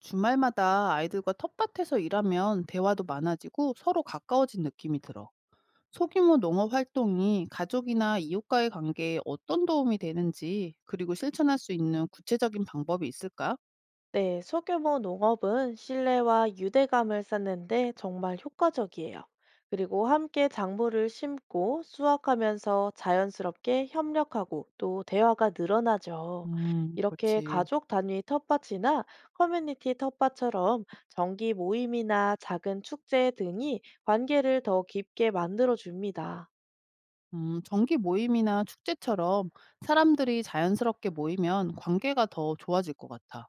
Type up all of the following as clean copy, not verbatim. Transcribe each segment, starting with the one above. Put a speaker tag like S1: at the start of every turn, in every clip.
S1: 주말마다 아이들과 텃밭에서 일하면 대화도 많아지고 서로 가까워진 느낌이 들어. 소규모 농업 활동이 가족이나 이웃과의 관계에 어떤 도움이 되는지, 그리고 실천할 수 있는 구체적인 방법이 있을까?
S2: 네, 소규모 농업은 신뢰와 유대감을 쌓는데 정말 효과적이에요. 그리고 함께 작물을 심고 수확하면서 자연스럽게 협력하고 또 대화가 늘어나죠. 이렇게
S1: 그렇지.
S2: 가족 단위 텃밭이나 커뮤니티 텃밭처럼 정기 모임이나 작은 축제 등이 관계를 더 깊게 만들어 줍니다.
S1: 정기 모임이나 축제처럼 사람들이 자연스럽게 모이면 관계가 더 좋아질 것 같아.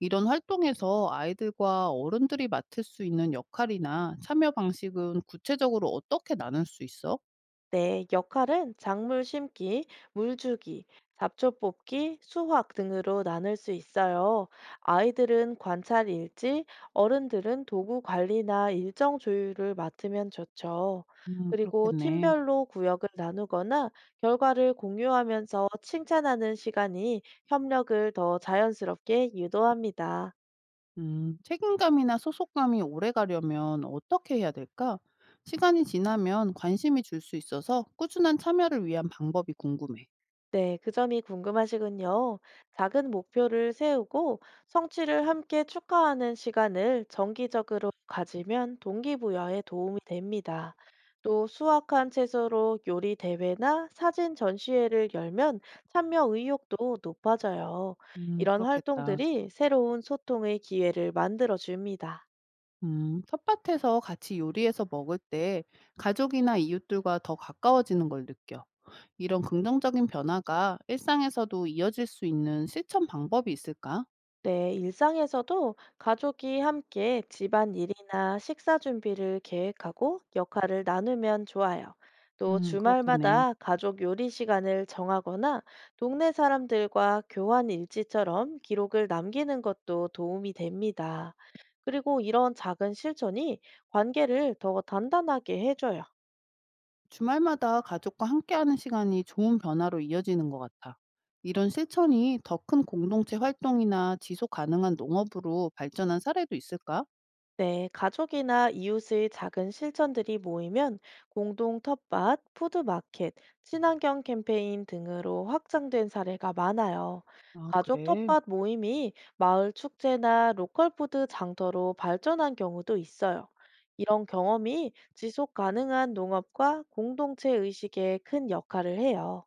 S1: 이런 활동에서 아이들과 어른들이 맡을 수 있는 역할이나 참여 방식은 구체적으로 어떻게 나눌 수 있어?
S2: 네, 역할은 작물 심기, 물 주기, 잡초 뽑기, 수확 등으로 나눌 수 있어요. 아이들은 관찰 일지, 어른들은 도구 관리나 일정 조율을 맡으면 좋죠. 그리고
S1: 그렇겠네.
S2: 팀별로 구역을 나누거나 결과를 공유하면서 칭찬하는 시간이 협력을 더 자연스럽게 유도합니다.
S1: 책임감이나 소속감이 오래가려면 어떻게 해야 될까? 시간이 지나면 관심이 줄 수 있어서 꾸준한 참여를 위한 방법이 궁금해.
S2: 네, 그 점이 궁금하시군요. 작은 목표를 세우고 성취를 함께 축하하는 시간을 정기적으로 가지면 동기부여에 도움이 됩니다. 또 수확한 채소로 요리 대회나 사진 전시회를 열면 참여 의욕도 높아져요. 이런
S1: 그렇겠다.
S2: 활동들이 새로운 소통의 기회를 만들어 줍니다.
S1: 텃밭에서 같이 요리해서 먹을 때 가족이나 이웃들과 더 가까워지는 걸 느껴. 이런 긍정적인 변화가 일상에서도 이어질 수 있는 실천 방법이 있을까?
S2: 네, 일상에서도 가족이 함께 집안 일이나 식사 준비를 계획하고 역할을 나누면 좋아요. 또
S1: 그렇겠네.
S2: 주말마다 가족 요리 시간을 정하거나 동네 사람들과 교환 일지처럼 기록을 남기는 것도 도움이 됩니다. 그리고 이런 작은 실천이 관계를 더 단단하게 해줘요.
S1: 주말마다 가족과 함께하는 시간이 좋은 변화로 이어지는 것 같아. 이런 실천이 더 큰 공동체 활동이나 지속 가능한 농업으로 발전한 사례도 있을까?
S2: 네, 가족이나 이웃의 작은 실천들이 모이면 공동 텃밭, 푸드마켓, 친환경 캠페인 등으로 확장된 사례가 많아요.
S1: 아,
S2: 가족
S1: 그래.
S2: 텃밭 모임이 마을 축제나 로컬 푸드 장터로 발전한 경우도 있어요. 이런 경험이 지속 가능한 농업과 공동체 의식에 큰 역할을 해요.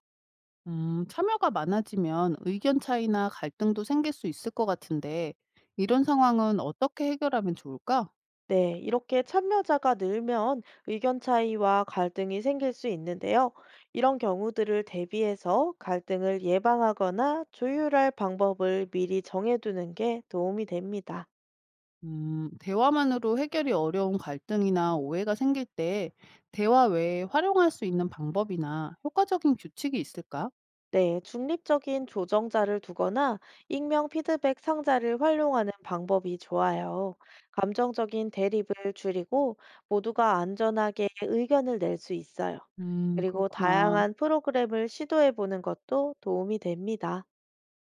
S1: 참여가 많아지면 의견 차이나 갈등도 생길 수 있을 것 같은데, 이런 상황은 어떻게 해결하면 좋을까?
S2: 네, 이렇게 참여자가 늘면 의견 차이와 갈등이 생길 수 있는데요. 이런 경우들을 대비해서 갈등을 예방하거나 조율할 방법을 미리 정해두는 게 도움이 됩니다.
S1: 대화만으로 해결이 어려운 갈등이나 오해가 생길 때, 대화 외에 활용할 수 있는 방법이나 효과적인 규칙이 있을까?
S2: 네, 중립적인 조정자를 두거나 익명 피드백 상자를 활용하는 방법이 좋아요. 감정적인 대립을 줄이고 모두가 안전하게 의견을 낼 수 있어요. 그리고
S1: 그렇구나.
S2: 다양한 프로그램을 시도해 보는 것도 도움이 됩니다.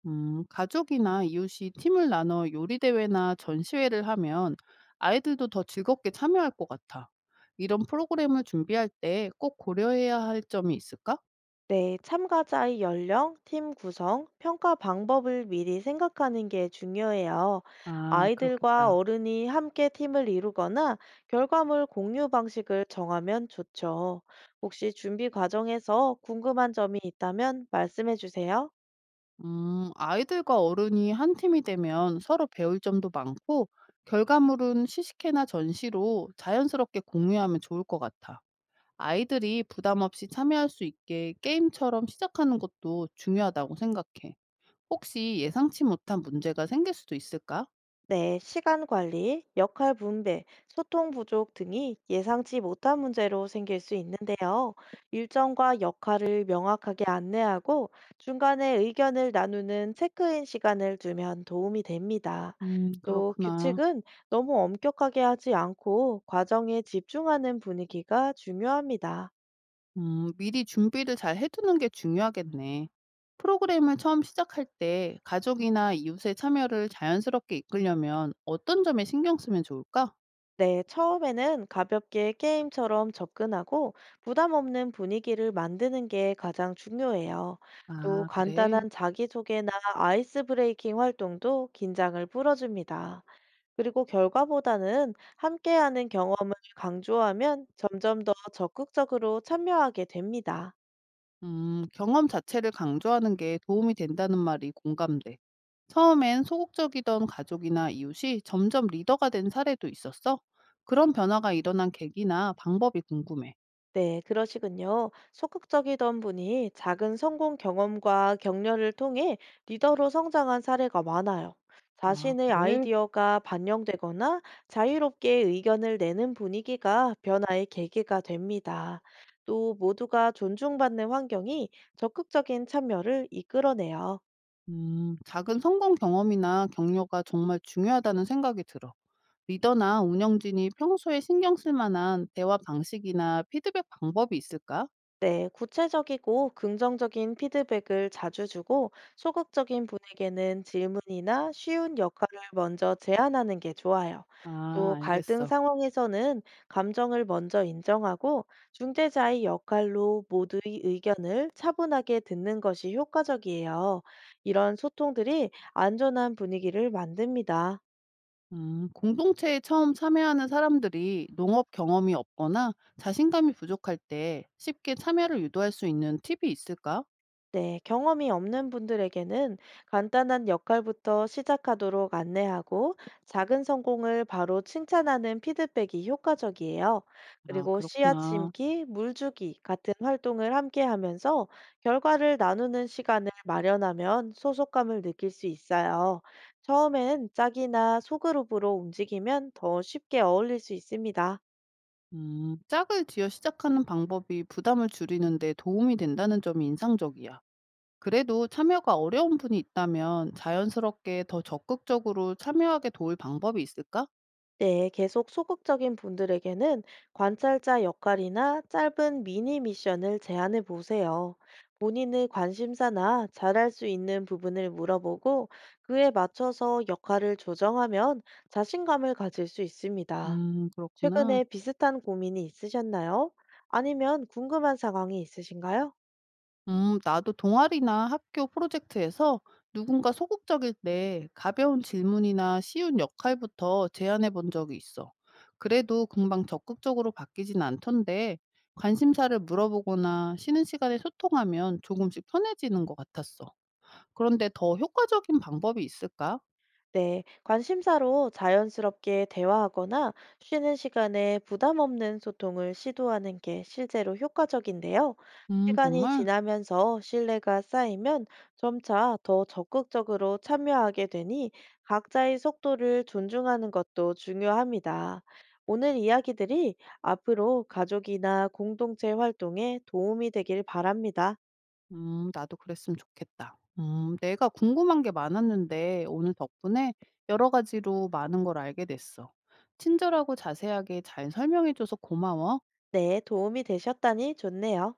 S1: 가족이나 이웃이 팀을 나눠 요리 대회나 전시회를 하면 아이들도 더 즐겁게 참여할 것 같아. 이런 프로그램을 준비할 때 꼭 고려해야 할 점이 있을까?
S2: 네, 참가자의 연령, 팀 구성, 평가 방법을 미리 생각하는 게 중요해요.
S1: 아,
S2: 아이들과
S1: 그렇겠다.
S2: 어른이 함께 팀을 이루거나 결과물 공유 방식을 정하면 좋죠. 혹시 준비 과정에서 궁금한 점이 있다면 말씀해 주세요.
S1: 아이들과 어른이 한 팀이 되면 서로 배울 점도 많고, 결과물은 시식회나 전시로 자연스럽게 공유하면 좋을 것 같아. 아이들이 부담 없이 참여할 수 있게 게임처럼 시작하는 것도 중요하다고 생각해. 혹시 예상치 못한 문제가 생길 수도 있을까?
S2: 네, 시간 관리, 역할 분배, 소통 부족 등이 예상치 못한 문제로 생길 수 있는데요. 일정과 역할을 명확하게 안내하고 중간에 의견을 나누는 체크인 시간을 두면 도움이 됩니다. 또
S1: 그렇구나.
S2: 규칙은 너무 엄격하게 하지 않고 과정에 집중하는 분위기가 중요합니다.
S1: 미리 준비를 잘 해두는 게 중요하겠네. 프로그램을 처음 시작할 때 가족이나 이웃의 참여를 자연스럽게 이끌려면 어떤 점에 신경 쓰면 좋을까?
S2: 네, 처음에는 가볍게 게임처럼 접근하고 부담 없는 분위기를 만드는 게 가장 중요해요. 또
S1: 아, 그래.
S2: 간단한 자기소개나 아이스 브레이킹 활동도 긴장을 풀어줍니다. 그리고 결과보다는 함께하는 경험을 강조하면 점점 더 적극적으로 참여하게 됩니다.
S1: 경험 자체를 강조하는 게 도움이 된다는 말이 공감돼. 처음엔 소극적이던 가족이나 이웃이 점점 리더가 된 사례도 있었어? 그런 변화가 일어난 계기나 방법이 궁금해.
S2: 네, 그러시군요. 소극적이던 분이 작은 성공 경험과 격려를 통해 리더로 성장한 사례가 많아요.
S1: 아,
S2: 자신의
S1: 그래?
S2: 아이디어가 반영되거나 자유롭게 의견을 내는 분위기가 변화의 계기가 됩니다. 또 모두가 존중받는 환경이 적극적인 참여를 이끌어내요.
S1: 작은 성공 경험이나 격려가 정말 중요하다는 생각이 들어. 리더나 운영진이 평소에 신경 쓸 만한 대화 방식이나 피드백 방법이 있을까?
S2: 네, 구체적이고 긍정적인 피드백을 자주 주고 소극적인 분에게는 질문이나 쉬운 역할을 먼저 제안하는 게 좋아요.
S1: 아,
S2: 또 갈등
S1: 알겠어.
S2: 상황에서는 감정을 먼저 인정하고 중재자의 역할로 모두의 의견을 차분하게 듣는 것이 효과적이에요. 이런 소통들이 안전한 분위기를 만듭니다.
S1: 공동체에 처음 참여하는 사람들이 농업 경험이 없거나 자신감이 부족할 때 쉽게 참여를 유도할 수 있는 팁이 있을까?
S2: 네, 경험이 없는 분들에게는 간단한 역할부터 시작하도록 안내하고 작은 성공을 바로 칭찬하는 피드백이 효과적이에요.
S1: 아,
S2: 그리고 씨앗
S1: 그렇구나.
S2: 심기, 물 주기 같은 활동을 함께 하면서 결과를 나누는 시간을 마련하면 소속감을 느낄 수 있어요. 처음엔 짝이나 소그룹으로 움직이면 더 쉽게 어울릴 수 있습니다.
S1: 짝을 지어 시작하는 방법이 부담을 줄이는데 도움이 된다는 점이 인상적이야. 그래도 참여가 어려운 분이 있다면 자연스럽게 더 적극적으로 참여하게 도울 방법이 있을까?
S2: 네, 계속 소극적인 분들에게는 관찰자 역할이나 짧은 미니 미션을 제안해 보세요. 본인의 관심사나 잘할 수 있는 부분을 물어보고 그에 맞춰서 역할을 조정하면 자신감을 가질 수 있습니다.
S1: 그렇구나.
S2: 최근에 비슷한 고민이 있으셨나요? 아니면 궁금한 상황이 있으신가요?
S1: 나도 동아리나 학교 프로젝트에서 누군가 소극적일 때 가벼운 질문이나 쉬운 역할부터 제안해 본 적이 있어. 그래도 금방 적극적으로 바뀌진 않던데 관심사를 물어보거나 쉬는 시간에 소통하면 조금씩 편해지는 것 같았어. 그런데 더 효과적인 방법이 있을까?
S2: 네, 관심사로 자연스럽게 대화하거나 쉬는 시간에 부담 없는 소통을 시도하는 게 실제로 효과적인데요. 시간이
S1: 정말?
S2: 지나면서 신뢰가 쌓이면 점차 더 적극적으로 참여하게 되니 각자의 속도를 존중하는 것도 중요합니다. 오늘 이야기들이 앞으로 가족이나 공동체 활동에 도움이 되길 바랍니다.
S1: 나도 그랬으면 좋겠다. 내가 궁금한 게 많았는데 오늘 덕분에 여러 가지로 많은 걸 알게 됐어. 친절하고 자세하게 잘 설명해 줘서 고마워.
S2: 네, 도움이 되셨다니 좋네요.